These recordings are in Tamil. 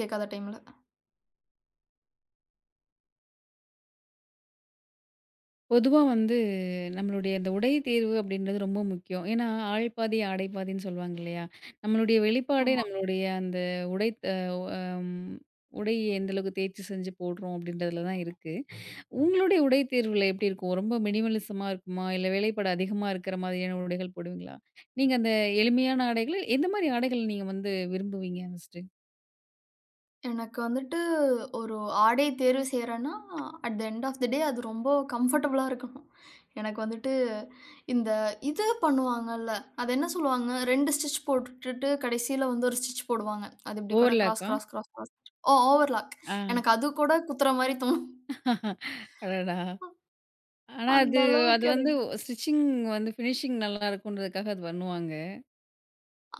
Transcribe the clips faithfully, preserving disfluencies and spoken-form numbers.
கேட்காத டைம்ல. பொதுவா வந்து நம்மளுடைய இந்த உடை தேர்வு அப்படின்றது ரொம்ப முக்கியம். ஏன்னா, ஆள் பாதி, ஆடை பாதின்னு சொல்லுவாங்க இல்லையா? நம்மளுடைய வெளிப்பாடே ஆமா. நம்மளுடைய அந்த உடை த அம் உடைய எந்த அளவுக்கு தேர்ச்சி செஞ்சு போடுறோம் அப்படின்றதுல தான் இருக்கு. உங்களுடைய உடை தேர்வுல எப்படி இருக்கும்? ரொம்ப மினிமலிசமா இருக்குமா? இல்ல வேலைப்பாடு அதிகமா இருக்கிற மாதிரியான உடைகள் போடுவீங்களா? நீங்க அந்த எளிமையான ஆடைகள் எந்த மாரி ஆடைகள் நீங்க வந்து விரும்புவீங்க ஃபர்ஸ்ட்டு? எனக்கு வந்துட்டு ஒரு ஆடை தேர்வு செய்றேன்னா, at the end of the day அது ரொம்ப கம்ஃபர்டபுளா இருக்கணும். எனக்கு வந்துட்டு இந்த இது பண்ணுவாங்கல்ல, அது என்ன சொல்லுவாங்க? ரெண்டு ஸ்டிட்ச் போட்டுட்டு கடைசியில வந்து ஒரு ஸ்டிட்ச் போடுவாங்க. அது இப்படி கூட கிராஸ், ஓவர்லாக்கா? கிராஸ், கிராஸ், கிராஸ் ஓ ஓவர்லாக். ஆ எனக்கு அது கூட குத்துற மாரி தோணும். அடடா! ஆனா அந்த அது அது அளவுக்கு வந்து எனக்கு ஸ்டிச்சிங் வந்து ஃபினிஷிங் நல்லா இருக்குன்றதுக்காக அது பண்ணுவாங்க.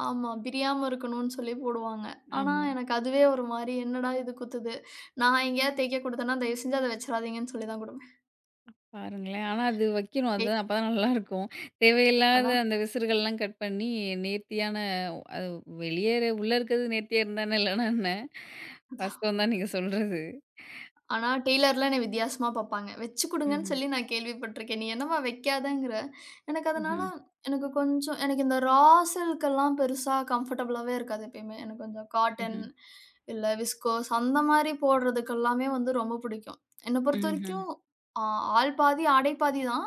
ஆமா. பிரியாம இருக்கணும்னு சொல்லி போடுவாங்க. ஆனா ஆமா. எனக்கு அதுவே ஒரு மாரி என்னடா இது குத்துது. நான் எங்கேயாவது தேய்க்க குடுத்தேன்னா, தயவு செஞ்சு அத வச்சுறாதீங்கன்னு சொல்லி தான் பாருங்களேன். ஆனா அது வைக்கணும். குடுப்பேன். அதுதான் அப்பதான் நல்லாருக்கும். தேவையில்லாத அந்த விசிறுகள்லாம் கட் பண்ணி நேர்த்தியான அது வெளியே உள்ள இருக்கிறது நேர்த்தியா இருந்தா என்ன, இல்லன்னா என்ன? வாஸ்தவம் தான் நீங்க சொல்றது. ஆனா, டெய்லர்லாம் என்ன வித்தியாசமா பாப்பாங்க. வச்சு குடுங்கன்னு ம்ஹ்ம். சொல்லி நான் கேள்விப்பட்டுருக்கேன். "நீ என்னம்மா வைக்காதங்கிற?" எனக்கு அதனால ம்ஹ்ம். எனக்கு கொஞ்சம் எனக்கு இந்த ரா சில்கெல்லாம் பெருசா கம்ஃபர்டபுளாவே இருக்காது எப்பயுமே. எனக்கு கொஞ்சம் காட்டன், ம்ஹ்ம். இல்ல விஸ்கோஸ் அந்த மாரி போடுறதுக்கு எல்லாமே வந்து ரொம்ப பிடிக்கும். என்ன ம்ஹ்ம். பொறுத்தவரைக்கும் ஆ ஆள் பாதி, ஆடை பாதி தான்.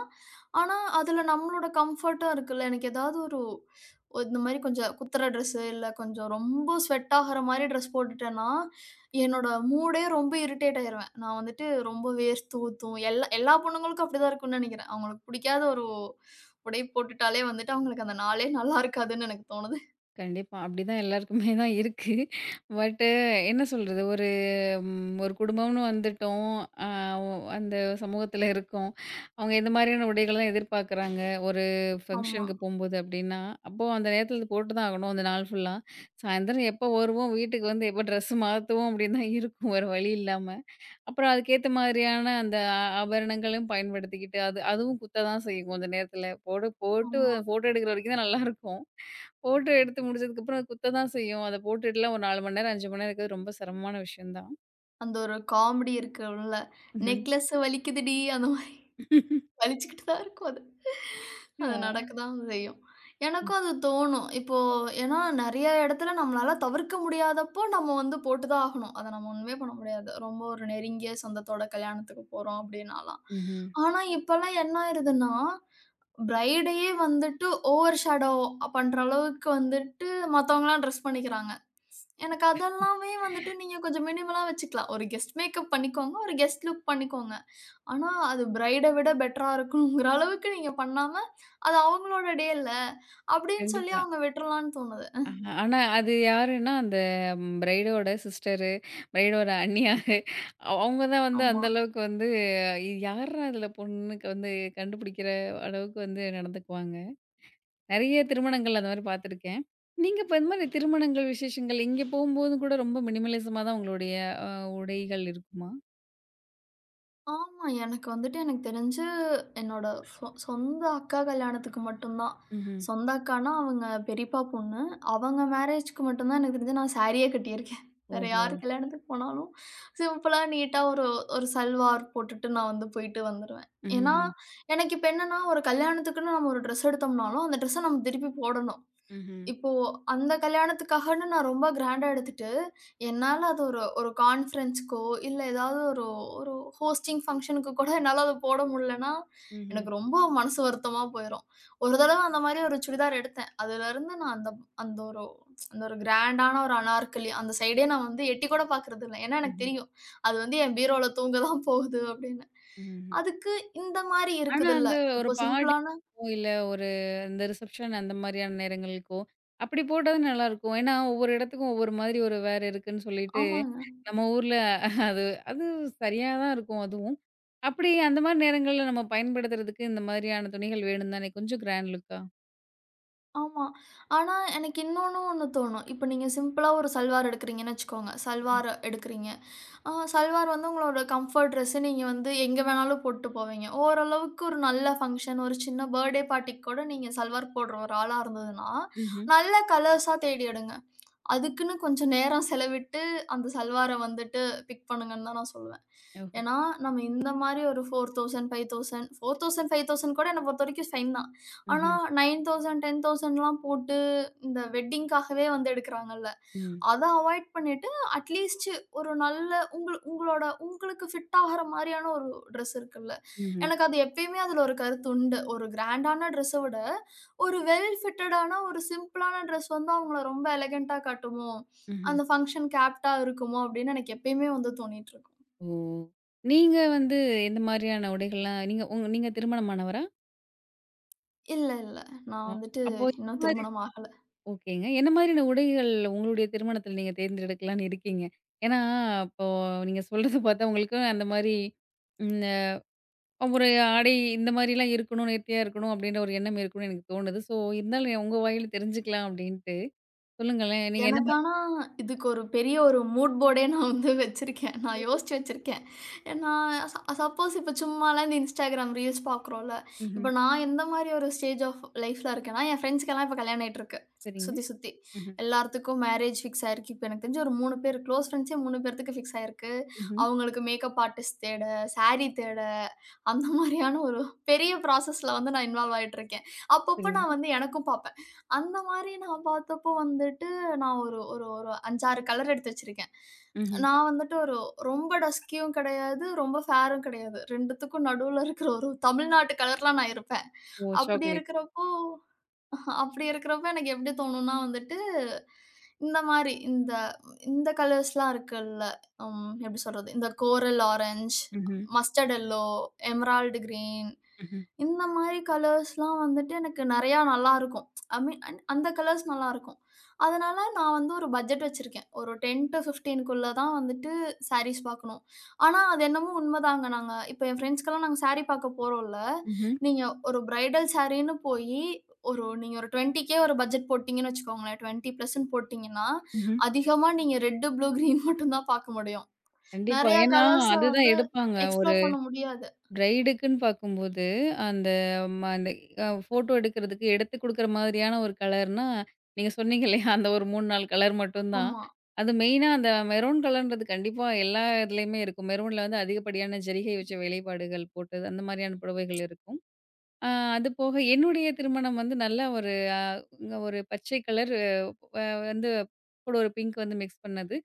ஆனா, அதுல நம்மளோட கம்ஃபர்ட்டும் இருக்குல்ல. எனக்கு ஏதாவது ஒரு ஒரு இந்த மாரி கொஞ்சம் குத்துற ட்ரெஸ்ஸு, இல்ல கொஞ்சம் ரொம்ப ஸ்வெட் ஆகுற மாரி ட்ரெஸ் போட்டுட்டேன்னா, என்னோட மூடே ரொம்ப இரிட்டேட் ஆயிருவேன். நான் வந்துட்டு ரொம்ப வேர்த்து ஊத்தும். எல்லா எல்லா பொண்ணுங்களுக்கும் அப்படிதான் இருக்கும்னு நெனைக்கிறேன். அவங்களுக்கு பிடிக்காத ஒரு உடை போட்டுட்டாலே வந்துட்டு அவங்களுக்கு அந்த நாளே நல்லா இருக்காதுன்னு எனக்கு தோணுது. கண்டிப்பா. அப்படிதான் எல்லாருக்குமே தான் இருக்கு. பட் என்ன சொல்றது? ஒரு ம், ஒரு குடும்பம்னு வந்துட்டோம். அ ஒ அந்த சமூகத்துல இருக்கோம். அவங்க எந்த மாதிரியான உடைகள்லாம் எதிர்பார்க்குறாங்க, ஒரு ஆமா, ஃபங்ஷனுக்கு போம்போது அப்படின்னா, அப்போ அந்த நேரத்துல இது போட்டு தான் ஆகணும், அந்த நாள் ஃபுல்லா. சாயந்தரம் எப்போ வருவோம், வீட்டுக்கு வந்து எப்போ ட்ரெஸ் மாத்துவோம் அப்படின்னு தான் இருக்கும், வேற வழி இல்லாம. அப்புறம் அதுக்கேத்த மாதிரியான அந்த ஆ ஆபரணங்களும் பயன்படுத்திக்கிட்டு, அது அதுவும் குத்த தான் செய்யும் கொஞ்ச நேரத்துல. போடு போட்டு ஆமா. ஃபோட்டோ எடுக்கிற வரைக்கும் தான் நல்லாருக்கும். ஃபோட்டோ எடுத்து முடிச்சதுக்கப்புறம் அது குத்த தான் செய்யும். அத போட்டுட்டுலாம் ஒரு நான்கு மணி நேரம், ஐந்து மணி நேரம் இருக்கிறது ரொம்ப சிரமமான விஷயம் தான். அந்த ஒரு காமெடி இருக்குல்ல. ம்ஹ்ம். "நெக்லஸ் வலிக்குதுடி" அந்த வலிச்சுக்கிட்டு தான் இருக்கும் அது. அது அ. நடக்க தான் செய்யும். எனக்கும் அது தோணும். இப்போ ஏன்னா நெறைய இடத்துல நம்மளால தவிர்க்க முடியாதப்போ நம்ம வந்து போட்டு தான் ஆகணும். அத நம்ம ஒண்ணுமே பண்ண முடியாது. ரொம்ப ஒரு நெருங்கிய சொந்தத்தோட கல்யாணத்துக்கு போறோம் அப்படின்னாலாம். ம்ஹ்ம். ஆனா இப்பலாம் என்ன ஆயிருதுன்னா, பிரைடையே வந்துட்டு ஓவர் ஷேடோ பண்ற அளவுக்கு வந்துட்டு மத்தவங்கலாம் ட்ரெஸ் பண்ணிக்கிறாங்க. எனக்கு அதெல்லாமே வந்துட்டு நீங்க கொஞ்சம் மினிமலா வச்சுக்கலாம். ஒரு கெஸ்ட் மேக்கப் பண்ணிக்கோங்க. ஒரு கெஸ்ட் லுக் பண்ணிக்கோங்க. ஆனா, அது பிரைட விட பெட்டரா இருக்கணுங்கிற அளவுக்கு நீங்க பண்ணாம, அது அவங்களோட டே இல்ல, அப்படின்னு சொல்லி கண்டிப்பா. அவங்க விட்றலாம்ன்னு தோணுது. அ ஆனா அது யாருன்னா, அந்த பிரைடோட சிஸ்டரு, பிரைடோட அண்ணியாரு அவங்க தான் வந்து ஆமா. அந்த அளவுக்கு வந்து இது யார்ரா இதுல பொண்ணுக்கு வந்து கண்டுபிடிக்கிற அளவுக்கு வந்து நடந்துக்குவாங்க. நெறைய திருமணங்கள் அந்த மாரி பார்த்துருக்கேன். நீங்க இப்ப இந்த மாரி திருமணங்கள், விசேஷங்கள் இங்க போம்போது கூட ரொம்ப மினிமலிசமா தான் உங்களுடைய அ உடைகள் இருக்குமா? ஆமா. எனக்கு வந்துட்டு எனக்கு தெரிஞ்சு என்னோட சொ சொந்த அக்கா கல்யாணத்துக்கு மட்டும் தான். ம்ஹ்ம். சொந்த அக்கான்னா அவங்க பெரியப்பா பொண்ணு. அவங்க மேரேஜ்க்கு மட்டும் தான் எனக்கு தெரிஞ்சு நான் சாரியே கட்டியிருக்கேன். வேற ஓஹோ! யார் கல்யாணத்துக்கு போனாலும், சிம்பிளா நீட்டா ஒரு ஒரு சல்வார் போட்டுட்டு நான் வந்து போயிட்டு வந்துருவேன். ஏன்னா, ம்ஹ்ஹும். எனக்கு இப்ப என்னன்னா, ஒரு கல்யாணத்துக்குன்னு நம்ம ஒரு ட்ரெஸ் எடுத்தோம்னாலும், அந்த ட்ரெஸ்ஸ நம்ம திருப்பி போடணும். ம்ஹ்ம். இப்போ அந்த கல்யாணத்துக்காகன்னு நான் ரொம்ப கிராண்டா எடுத்துட்டு, என்னால அது ஒரு ஒரு கான்ஃபரன்ஸ்‌க்கோ, இல்ல ஏதாவது ஒரு ஒரு ஹோஸ்டிங் ஃபங்ஷனுக்கு கூட என்னால அத போட முடியலன்னா, ம்ஹ்ம். எனக்கு ரொம்ப மனசு வருத்தமா போயிரும். ஒரு தடவ அந்த மாரி ஒரு சுடிதார் எடுத்தேன். அதுலருந்து நான் அந்த அந்த ஒரு அந்த ஒரு கிராண்டான ஒரு அனார்கலி, அந்த சைடே நான் வந்து எட்டிக் கூட பாக்குறதில்ல. ஏன்னா எனக்கு ம்ஹ்ம். தெரியும், அது வந்து என் பீரோல தூங்க தான் போகுது அப்படின்னு. ம்ஹ்ம். ம்ஹ்ம். அதுக்கு இந்த மாரி ஆனா, இருக்குதுல்ல, அந்த ஒரு இப்போ சிம்பிளான பார்ட்டிக்கோ, இல்ல ஒரு அந்த ரிசப்ஷன் அந்த மாரியான நேரங்களுக்கோ, அப்படி போட்டது நல்லாருக்கும். ஏன்னா, ஒவ்வொரு இடத்துக்கும் ஒவ்வொரு மாதிரி ஒரு வேற இருக்குன்னு சொல்லிட்டு, ஆமாங்க. நம்ம ஊர்ல அது அது சரியா தான் இருக்கும் அதுவும். அப்படி அந்த மாரி நேரங்கள்ல நம்ம பயன்படுத்துறதுக்கு இந்த மாதிரியான துணிகள் வேணும் தானே, கொஞ்சம் கிராண்ட் லுக்கா? ஆமா. ஆனா எனக்கு இன்னொன்னு ஒண்ணு தோணும். இப்ப நீங்க சிம்பிளா ஒரு சல்வார் எடுக்குறீங்கன்னு வச்சுக்கோங்க. ம். சல்வார் எடுக்குறீங்க. ஆ சல்வார் வந்து உங்களோட கம்ஃபர்ட் ட்ரெஸ் நீங்க வந்து எங்க வேணாலும் போட்டு போவீங்க. ஓரளவுக்கு ஒரு நல்ல ஃபங்ஷன், ஒரு சின்ன பர்த்டே பார்ட்டிக்கு கூட நீங்க சல்வார் போடுற ஒரு ஆளா இருந்ததுன்னா, ம்ஹ்ம். நல்ல கலர்ஸா தேடி எடுங்க. அதுக்குன்னு கொஞ்சம் நேரம் செலவிட்டு, அந்த சல்வார வந்துட்டு பிக் பண்ணுங்கன்னு தான் நான் சொல்லுவேன். ஓஹோ! ஏன்னா, நம்ம இந்த மாரி ஒரு 4000, 5000 4000, 5000 கூட என்ன பொறுத்தவரைக்கும் ஃபைன் தான். ஆனா ம்ஹ்ம். ஒன்பதாயிரம், 10,000லாம் போட்டு இந்த வெட்டிங்க்காகவே வந்து எடுக்குறாங்கல்ல. ம். அத அவாய்ட் பண்ணிட்டு, அட்லீஸ்ட் ஒரு நல்ல உங்கள உங்களோட உங்களுக்கு ஃபிட் ஆகுற மாரியான ஒரு ட்ரெஸ் இருக்குல்ல. ம்ஹ்ம். எனக்கு அது எப்பயுமே அதுல ஒரு கருத்து உண்டு. ஒரு கிராண்டான ட்ரெஸ்ஸ விட ஒரு வெல் ஃபிட்டடான ஒரு சிம்பிளான ட்ரெஸ் வந்து அவங்கள ரொம்ப எலகன்ட்டா காட்டுமோ! ம்ஹ்ம். அந்த ஃபங்ஷனுக்கு ஆப்ட்டா இருக்குமோ! அப்படின்னு எனக்கு எப்பயுமே வந்து தோணிட்டுருக்கும். ஓ! நீங்க வந்து எந்த மாரியான உடைகள்லாம் நீங்க உங் நீங்க திருமணமானவரா? இல்ல, இல்ல. ஓ! நான் வந்துட்டு அப்போ இந்த இன்னும் மாதிரி திருமணம் ஆகல. ஓகேங்க. என்ன மாதிரியான உடைகள் உங்களுடைய திருமணத்தில நீங்க தேர்ந்தெடுக்கலான்னு இருக்கீங்க? ஏன்னா, இப்போ நீங்க சொல்றத பார்த்தா உங்களுக்கு அந்த மாரி ம் ஒரு ஆடை இந்த மாரிலாம் இருக்கணும், நேர்த்தியா இருக்கணும் அப்டின்ற ஒரு எண்ணம் இருக்குன்னு எனக்கு தோணுது. ஸோ, இருந்தாலும் உங்க வாயில தெரிஞ்சுக்கலாம் அப்டின்ட்டு. சொல்லுங்களேன். நீங்க என்ன எனக்கு மாரி ஆனா இதுக்கு ஒரு பெரிய ஒரு மூட் போர்டே நான் வந்து வச்சிருக்கேன். நான் யோசிச்சு வச்சிருக்கேன். நான் ச சப்போஸ் இப்ப சும்மாலாம் இந்த Instagram ரீல்ஸ் பார்க்குறோம்ல. ம்ஹ்ம். இப்ப நான் எந்த மாரி ஒரு ஸ்டேஜ் ஆஃப் லைஃப்ல இருக்கேன்னா, என் ஃப்ரெண்ட்ஸ்க்கெல்லாம் இப்ப கல்யாணம் ஆயிட்டுருக்கு. சரிங்க. சுத்தி, சுத்தி ம்ஹ்ம். எல்லாத்துக்கும் மேரேஜ் ஃபிக்ஸ் ஆயிருக்கு. இப்ப எனக்கு தெரிஞ்சு ஒரு மூணு பேர் க்ளோஸ் ஃப்ரெண்ட்ஸே மூணு பேர்த்துக்கு ஃபிக்ஸ் ஆயிருக்கு. ம்ஹ்ம். அவங்களுக்கு மேக்கப் ஆர்டிஸ்ட் தேட, சாரி தேட, அந்த மாரியான ஒரு பெரிய ப்ராசஸ்ல வந்து நான் இன்வால்வ் ஆயிட்டுருக்கேன். அப்பப்ப நான் சரிங்க. வந்து எனக்கும் பார்ப்பேன். அந்த மாரி நான் பார்த்தப்போ வந்துட்டு, நான் ஒரு ஒரு ஒரு அஞ்சு, ஆறு கலர் எடுத்து வச்சிருக்கேன். ம்ஹ்ம். நான் வந்துட்டு ஒரு ரொம்ப டஸ்கியும் கிடையாது, ரொம்ப ஃபேரும் கிடையாது. ரெண்டுத்துக்கும் நடுவுல இருக்கிற ஒரு தமிழ்நாட்டு கலர்ல நான் இருப்பேன். ஓ! அப்படி சாக்லேட். இருக்கிறப்போ அப்படி இருக்கிறப்ப எனக்கு எப்படி தோணும்னா வந்துட்டு, இந்த மாரி இந்த இந்த கலர்ஸ்லாம் இருக்குல்ல, ம் எப்படி சொல்றது? இந்த கோரல் ஆரஞ்ச், ம்ஹ்ம். மஸ்டர்ட் எல்லோ, எமரால்டு கிரீன் ம்ஹ்ம். இந்த மாரி கலர்ஸ்லாம் வந்துட்டு எனக்கு நெறையா நல்லாருக்கும். ஐ மீன் அந் அந்த கலர்ஸ் நல்லாருக்கும். அதனால நான் வந்து ஒரு பட்ஜெட் வச்சிருக்கேன். ஒரு 10-15க்குள்ள தான் வந்துட்டு சாரீஸ் பார்க்கணும். ஆனா, அது என்னமோ உண்மதாங்க. நாங்க இப்ப என் ஃப்ரெண்ட்ஸ்க்கெல்லாம் நாங்க சாரி பார்க்க போறோம்ல, ம்ஹ்ம். நீங்க ஒரு பிரைடல் சாரின்னு போயி ஒரு நீங்க ஒரு இருபது கே ஒரு பட்ஜெட் போட்டீங்கன்னு வச்சுக்கோங்களேன். இருபது போட்டீங்கன்னா, ம்ஹ்ம். அதிகமா நீங்க ரெட், ப்ளூ, கிரீன் மட்டும் தான் பாக்க முடியும். கண்டிப்பா. நெறைய ஏன்னா, கலர்ஸ அதுதான் வந்து எடுப்பாங்க. ஒரு எக்ஸ்ப்ளோர் பண்ண முடியாது. பிரைடுக்குன்னு பார்க்கும்போது, அந்த ம அந்த அ ஃபோட்டோ எடுக்கிறதுக்கு எடுத்து குடுக்குற மாதிரியான ஒரு கலர்னா, நீங்க சொன்னீங்க இல்லையா? அந்த ஒரு மூன்று, நான்கு கலர் மட்டும் தான். ஆமா. அது மெயினா அந்த மெரூன் கலர்ன்றது கண்டிப்பா எல்லா இதுலயுமே இருக்கும். மெரூன்ல வந்து அதிகப்படியான ஜரிகை வச்ச வேலைப்பாடுகள் போட்டது, அந்த மாரியான புடவைகள் இருக்கும். அ அது போக என்னுடைய திருமணம் வந்து நல்லா ஒரு அ ஒரு பச்சை கலர் வ வந்து கூட ஒரு பிங்க் வந்து மிக்ஸ் பண்ணது.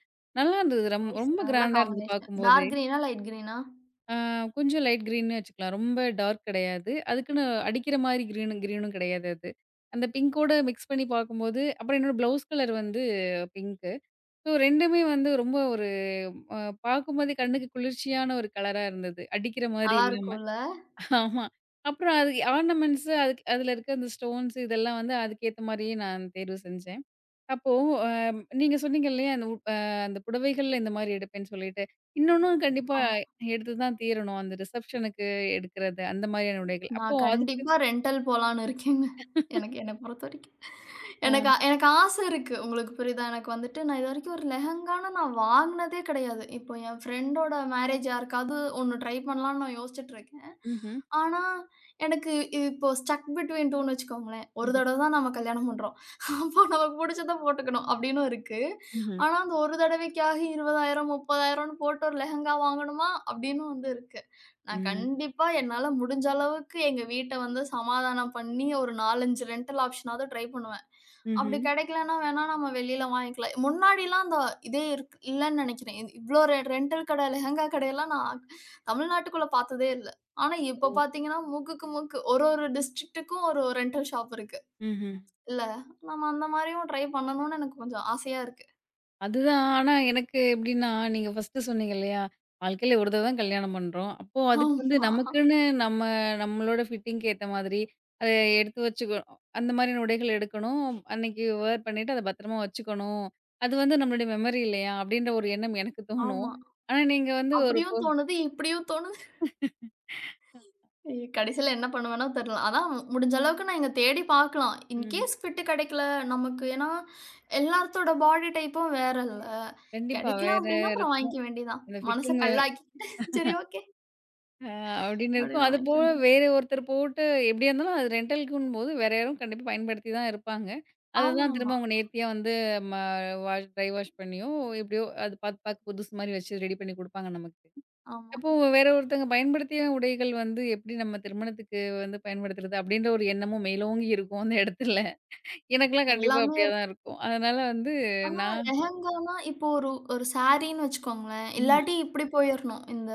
நல்லா இருந்தது. ரம் நைஸ். ரொம்ப நல்ல கிராண்டா இருந்தது காம்பினேஷன். பார்க்கும்போதே. டார்க் கிரீனா? லைட் கிரீனா? ஆ கொஞ்சம் லைட் கிரீன்னு வச்சுக்கலாம். ரொம்ப டார்க் கிடையாது. அதுக்குன்னு அடிக்கிற மாரி கிரீனும் கிரீனும் கிடையாது அது. அந்த பிங்கோட மிக்ஸ் பண்ணி பார்க்கும்போது அப்புறம் என்னோட ப்ளவுஸ் கலர் வந்து பிங்க்கு. ஸோ 2மே வந்து ரொம்ப ஒரு அ பார்க்கும்போதே கண்ணுக்கு குளிர்ச்சியான ஒரு கலரா இருந்தது. அடிக்கிற மாரி நல்லா இல்லாம. இருக்கும்ல. ஆமா. அப்புறம் அது ஆர்னமெண்ட்ஸ் அதுக்கு அதுல இருக்க அந்த ஸ்டோன்ஸ் இதெல்லாம் வந்து அதுக்கேத்த மாரியே நான் தேர்வு செஞ்சேன். அப்போ அ நீங்க சொன்னீங்க இல்லையா, அந்த உ அ அந்த புடவைகள்ல இந்த மாரி எடுப்பேன்னு சொல்லிட்டு. இன்னொன்னும் கண்டிப்பா ஆமா. எடுத்து தான் தீரணும். அந்த ரிசப்ஷனுக்கு எடுக்கிறது அந்த மாதிரியான உடைகள். அப்போ நான் அதுக்கு கண்டிப்பா ரென்டல் போலான்னு இருக்கேங்க. எனக்கு என்ன பொறுத்தவரைக்கும். அ எனக்கு ஆ- எனக்கு ஆச இருக்கு. உங்களுக்கு புரியுதா? எனக்கு வந்துட்டு நான் இதுவரைக்கும் ஒரு லெஹெங்கான்னு நான் வாங்குனதே கிடையாது. இப்போ என் ஃப்ரெண்டோட மேரேஜ் யாருக்காவது ஒண்ணு ட்ரை பண்ணலான்னு நான் யோசிச்சுட்டு இருக்கேன். ம்ஹ்ம், ஆனா, எனக்கு இது இப்போ ஸ்டக் பிட்வீன் ரெண்டுன்னு வச்சுக்கோங்களேன். ஒரு ம்ஹ்ம். தடவ தான் நம்ம கல்யாணம் பண்றோம். அப்போ நமக்கு புடிச்சத போட்டுக்கணும் அப்படின்னு இருக்கு. ம்ஹ்ம், ஆனா, அந்த ஒரு தடவைக்காக இருபதாயிரம், 30,000ன்னு போட்டு ஒரு லெஹெங்கா வாங்கணுமா? அப்படின்னு வந்து இருக்கு. நான் ம்ஹ்ம், கண்டிப்பா என்னால முடிஞ்ச அளவுக்கு எங்க வீட்ட வந்து சமாதானம் பண்ணி, ஒரு நாலு, ஐந்து ரென்டல் ஆப்ஷனாவது ட்ரை பண்ணுவேன். ம், அப்படி ம்ஹ்ம், கிடைக்கலன்னா வேணா நம்ம வெளியில வாங்கிக்கலாம். முன்னாடிலாம் அந்த இதே இருக் இல்லன்னு நெனைக்கிறேன். இ இவ்ளோ ரெ ரென்டல் கடை, லெஹெங்கா கடையெல்லாம் நான் தமிழ்நாட்டுக்குள்ள பார்த்ததே இல்ல. ஆனா இப்ப ஓ! பார்த்தீங்கன்னா, மூக்குக்கு மூக்கு ஒரு ஒரு டிஸ்ட்ரிக்ட்டுக்கும் ஒரு ரென்டல் ஷாப் இருக்கு. ம்ஹ்ம். இல்ல, நம்ம அந்த மாரியும் ட்ரை பண்ணணும்னு எனக்கு கொஞ்சம் ஆசையா இருக்கு. அதுதான். ஆனா, எனக்கு எப்படின்னா, நீங்க ஃபர்ஸ்ட்டு சொன்னீங்க இல்லையா? வாழ்க்கையில ஒரு தடவ தான் கல்யாணம் பண்றோம். அப்போ அதுக்கு வந்து ஆமா, நமக்குன்னு நம்ம நம்மளோட ஃபிட்டிங்க்கு ஏத்த மாதிரி, அத எடுத்து வச்சுக்கணும். அந்த மாரி உடைகள் எடுக்கணும். அன்னைக்கு வேர் பண்ணிட்டு அத பத்திரமா வச்சுக்கணும். அது வந்து நம்மளுடைய மெமரி இல்லையா? அப்படின்ற ஒரு எண்ணம் எனக்கு தோணும். ஆமா. ஆனா, நீங்க வந்து ஒரு பொ அப்படியும் தோணுது, இப்படியும் தோணுது. இ கடைசில என்ன பண்ணுவேனோ தெர்ல. அதான் முடிஞ்ச அளவுக்கு நான் இங்க தேடி பார்க்கலாம். இன் ம்ஹ்ம். கேஸ் ஃபிட் கிடைக்கல நமக்கு ஏன்னா, எல்லாத்தோட பாடி டைப்பும் வேறல்ல. கண்டிப்பா. கிடைக்கல வேற அப்டின்னா, அப்புறம் இருக்கும். வாங்கிக்க வேண்டியதான். இந்த மனச ஃபிட்டிங் வேற. கல்லாக்கிக்கிட்டு சரி ஓகே அ அப்படின்னு இருக்கும். அப்படின்னு வாங்கிக்க அதுபோக வேண்டியது. வேறு ஒருத்தர் போட்டு எப்படியா இருந்தாலும் அது ரென்டலுக்குன்னும்போது வேற யாரும் கண்டிப்பா பயன்படுத்தி தான் இருப்பாங்க. அதுதான் ஆமாமா, திரும்ப ஆமா. அவங்க நேர்த்தியா வந்து ம வாஷ் ட்ரை வாஷ் பண்ணியோ, எப்படியோ அது பாத்து பாத்து புதுசு மாரி வச்சு ரெடி பண்ணி குடுப்பாங்க நமக்கு. ஆமா. அப்போ வேற ஒருத்தவங்க பயன்படுத்திய உடைகள் வந்து எப்படி நம்ம திருமணத்துக்கு வந்து பயன்படுத்துறது அப்படின்ற ஒரு எண்ணமும் மேலோங்கி இருக்கும் அந்த இடத்துல. எனக்கெல்லாம் கண்டிப்பா எல்லாமே அப்படியா தான் இருக்கும். அதனால வந்து ஆனா, நான் லெஹெங்கானா இப்போ ஒரு ஒரு சாரின்னு வச்சுக்கோங்களேன். ம்ஹ்ம், இல்லாட்டி இப்படி போயிரணும். இந்த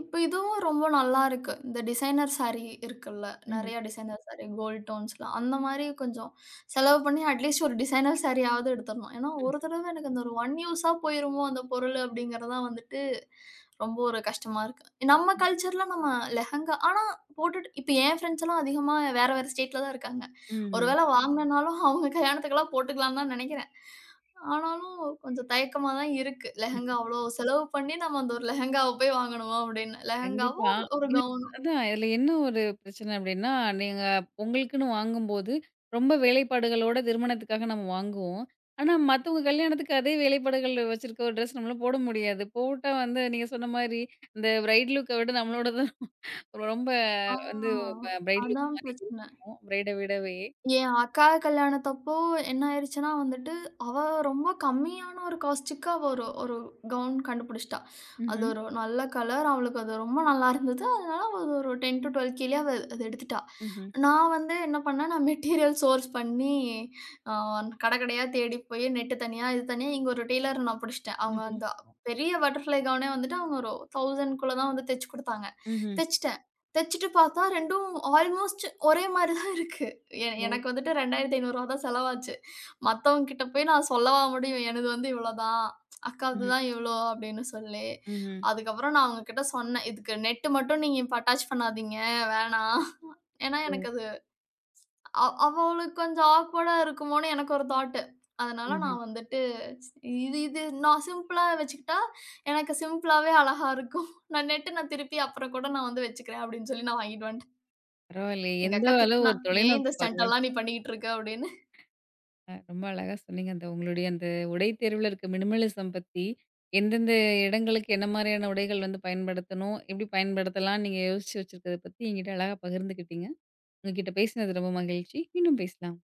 இப்ப இதுவும் ரொம்ப நல்லா இருக்கு. இந்த டிசைனர் சாரி இருக்குல்ல. ம்ஹ்ம், நெறைய டிசைனர் சாரி, கோல்ட் டோன்ஸ்ல. அந்த மாரி கொஞ்சம் செலவு பண்ணி அட்லீஸ்ட் ஒரு டிசைனர் சாரியாவது எடுத்துரணும். ஏன்னா, ஒரு தடவ எனக்கு அந்த ஒரு ஒன் யூஸா போயிருமோ அந்த பொருள் அப்படிங்கிறது தான் வந்துட்டு ரொம்ப ஒரு கஷ்டமா இருக்கு. நம்ம கல்ச்சர்ல நம்ம லெஹெங்கா ஆனா போட்டுட்டு இப்ப என் ஃப்ரெண்ட்ஸ் எல்லாம் அதிகமா வேற வேற ஸ்டேட்ல தான் இருக்காங்க. ம்ஹ்ம். ஒரு வேள வாங்குனனாலும் அவங்க கல்யாணத்துக்கெல்லாம் போட்டுக்கலாம்னு தான் நெனைக்கிறேன். ஆனாலும் கொஞ்சம் தயக்கமா தான் இருக்கு. லெஹெங்கா அவ்ளோ செலவு பண்ணி நம்ம அந்த ஒரு லெஹெங்காவ போய் வாங்கணுமா? அப்படின்னு. லெஹெங்காவோ கண்டிப்பா. ஒரு ஒரு இது கவுனோ. அதான் இதுல என்ன ஒரு பிரச்சனை அப்டின்னா, நீங்க உங்களுக்குன்னு வாங்கும்போது, ரொம்ப வேலைப்பாடுகளோட திருமணத்துக்காக நம்ம வாங்குவோம். ஆனா, மத்தவங்க கல்யாணத்துக்கு அதே வேலைப்பாடுகள் வச்சிருக்க ஒரு ட்ரெஸ் நம்மளால போட முடியாது. போட்டா வந்து நீங்க சொன்ன மாரி, இந்த பிரைட் லுக்க விட நம்மளோடது ரொம்ப ஆ வந்து ப பிரைட் லுக் அதான் மாரி பிரச்சனை. இருக்கும். பிரைட விடவே. என் அக்கா கல்யாணத்தப்போ என்ன ஆயிருச்சுன்னா வந்துட்டு, அவ ரொம்ப கம்மியான ஒரு காஸ்ட்டுக்கு அவ ஒரு ஒரு கவுன் கண்டுபிடிச்சிட்டா. அது ம்ஹ்ம். ஒரு நல்ல கலர். அவளுக்கு அது ரொம்ப நல்லா இருந்தது. அதனால அவ அது ஒரு 10-12Kலயே அவ அத எடுத்துட்டா. ம்ஹ்ம். நான் வந்து என்ன பண்ணேன், நான் மெட்டீரியல் சோர்ஸ் பண்ணி அ கடை கடையா தேடி போய் நெட்டு தனியா, இது தனியா இங்க ஒரு டெய்லர நான் புடிச்சுட்டேன். அவங்க ம்ஹ்ம். அந்த பெரிய பட்டர்ஃப்ளை கவுனே வந்துட்டு அவங்க ஒரு ஆயிரம் க்குள்ள தான் வந்து தச்சு குடுத்தாங்க. ம்ஹ்ம். தச்சுட்டேன். தச்சுட்டு பாத்தா ரெண்டும் ஆல்மோஸ்ட் ஒரே மாரி தான் இருக்கு. எ ஓ! எனக்கு வந்துட்டு ரூ. ரெண்டாயிரத்தி ஐநூறு தான் செலவாச்சு. மத்தவங்க கிட்ட போய் நான் சொல்லவா முடியும்? எனது வந்து இவ்வளோதான். அக்காவுது ம்ஹ்ம். தான் இவ்வளோ அப்படின்னு சொல்லி. ம்ஹ்ம். அதுக்கப்புறம் நான் அவங்ககிட்ட சொன்னேன். இதுக்கு நெட் மட்டும் நீங்க இப்ப அட்டாச் பண்ணாதீங்க. வேணாம். ஏன்னா ஓ! எனக்கு அது அ அவளுக்கு கொஞ்சம் ஆக்வர்டா இருக்குமோன்னு எனக்கு ஒரு தாட்டு. அதனால ம்ஹ்ம். நான் வந்துட்டு இது இது நான் சிம்பிளா வச்சுக்கிட்டா, எனக்கு சிம்பிளாவே அழகா இருக்கும். நான் நெட் நான் திருப்பி அப்புறம் கூட நான் வந்து வச்சுக்கிறேன் அப்படின்னு சொல்லி நான் வாங்கிட்டு வந்துட்டேன். பரவாயில்லையே! எங்க எந்த அக்கா அளவு திட்டினா, ஒரு "ஏன் தொலைநோக்கு இந்த ஸ்டண்ட் பார்வை. எல்லாம் நீ பண்ணிக்கிட்டு இருக்க?" அப்படின்னு. அ ரொம்ப அழகா சொன்னீங்க. அந்த உங்களுடைய அந்த உடை தேர்வுல இருக்க மினிமலிசம் பத்தி, எந்தெந்த இடங்களுக்கு என்ன மாரியான உடைகள் வந்து பயன்படுத்தணும்? எப்படி பயன்படுத்தலாம்னு நீங்க யோசிச்சு வச்சிருக்கத பத்தி என்கிட்ட அழகா பகிர்ந்துக்கிட்டீங்க. உங்ககிட்ட பேசினது ரொம்ப மகிழ்ச்சி. மீண்டும் பேசலாம்.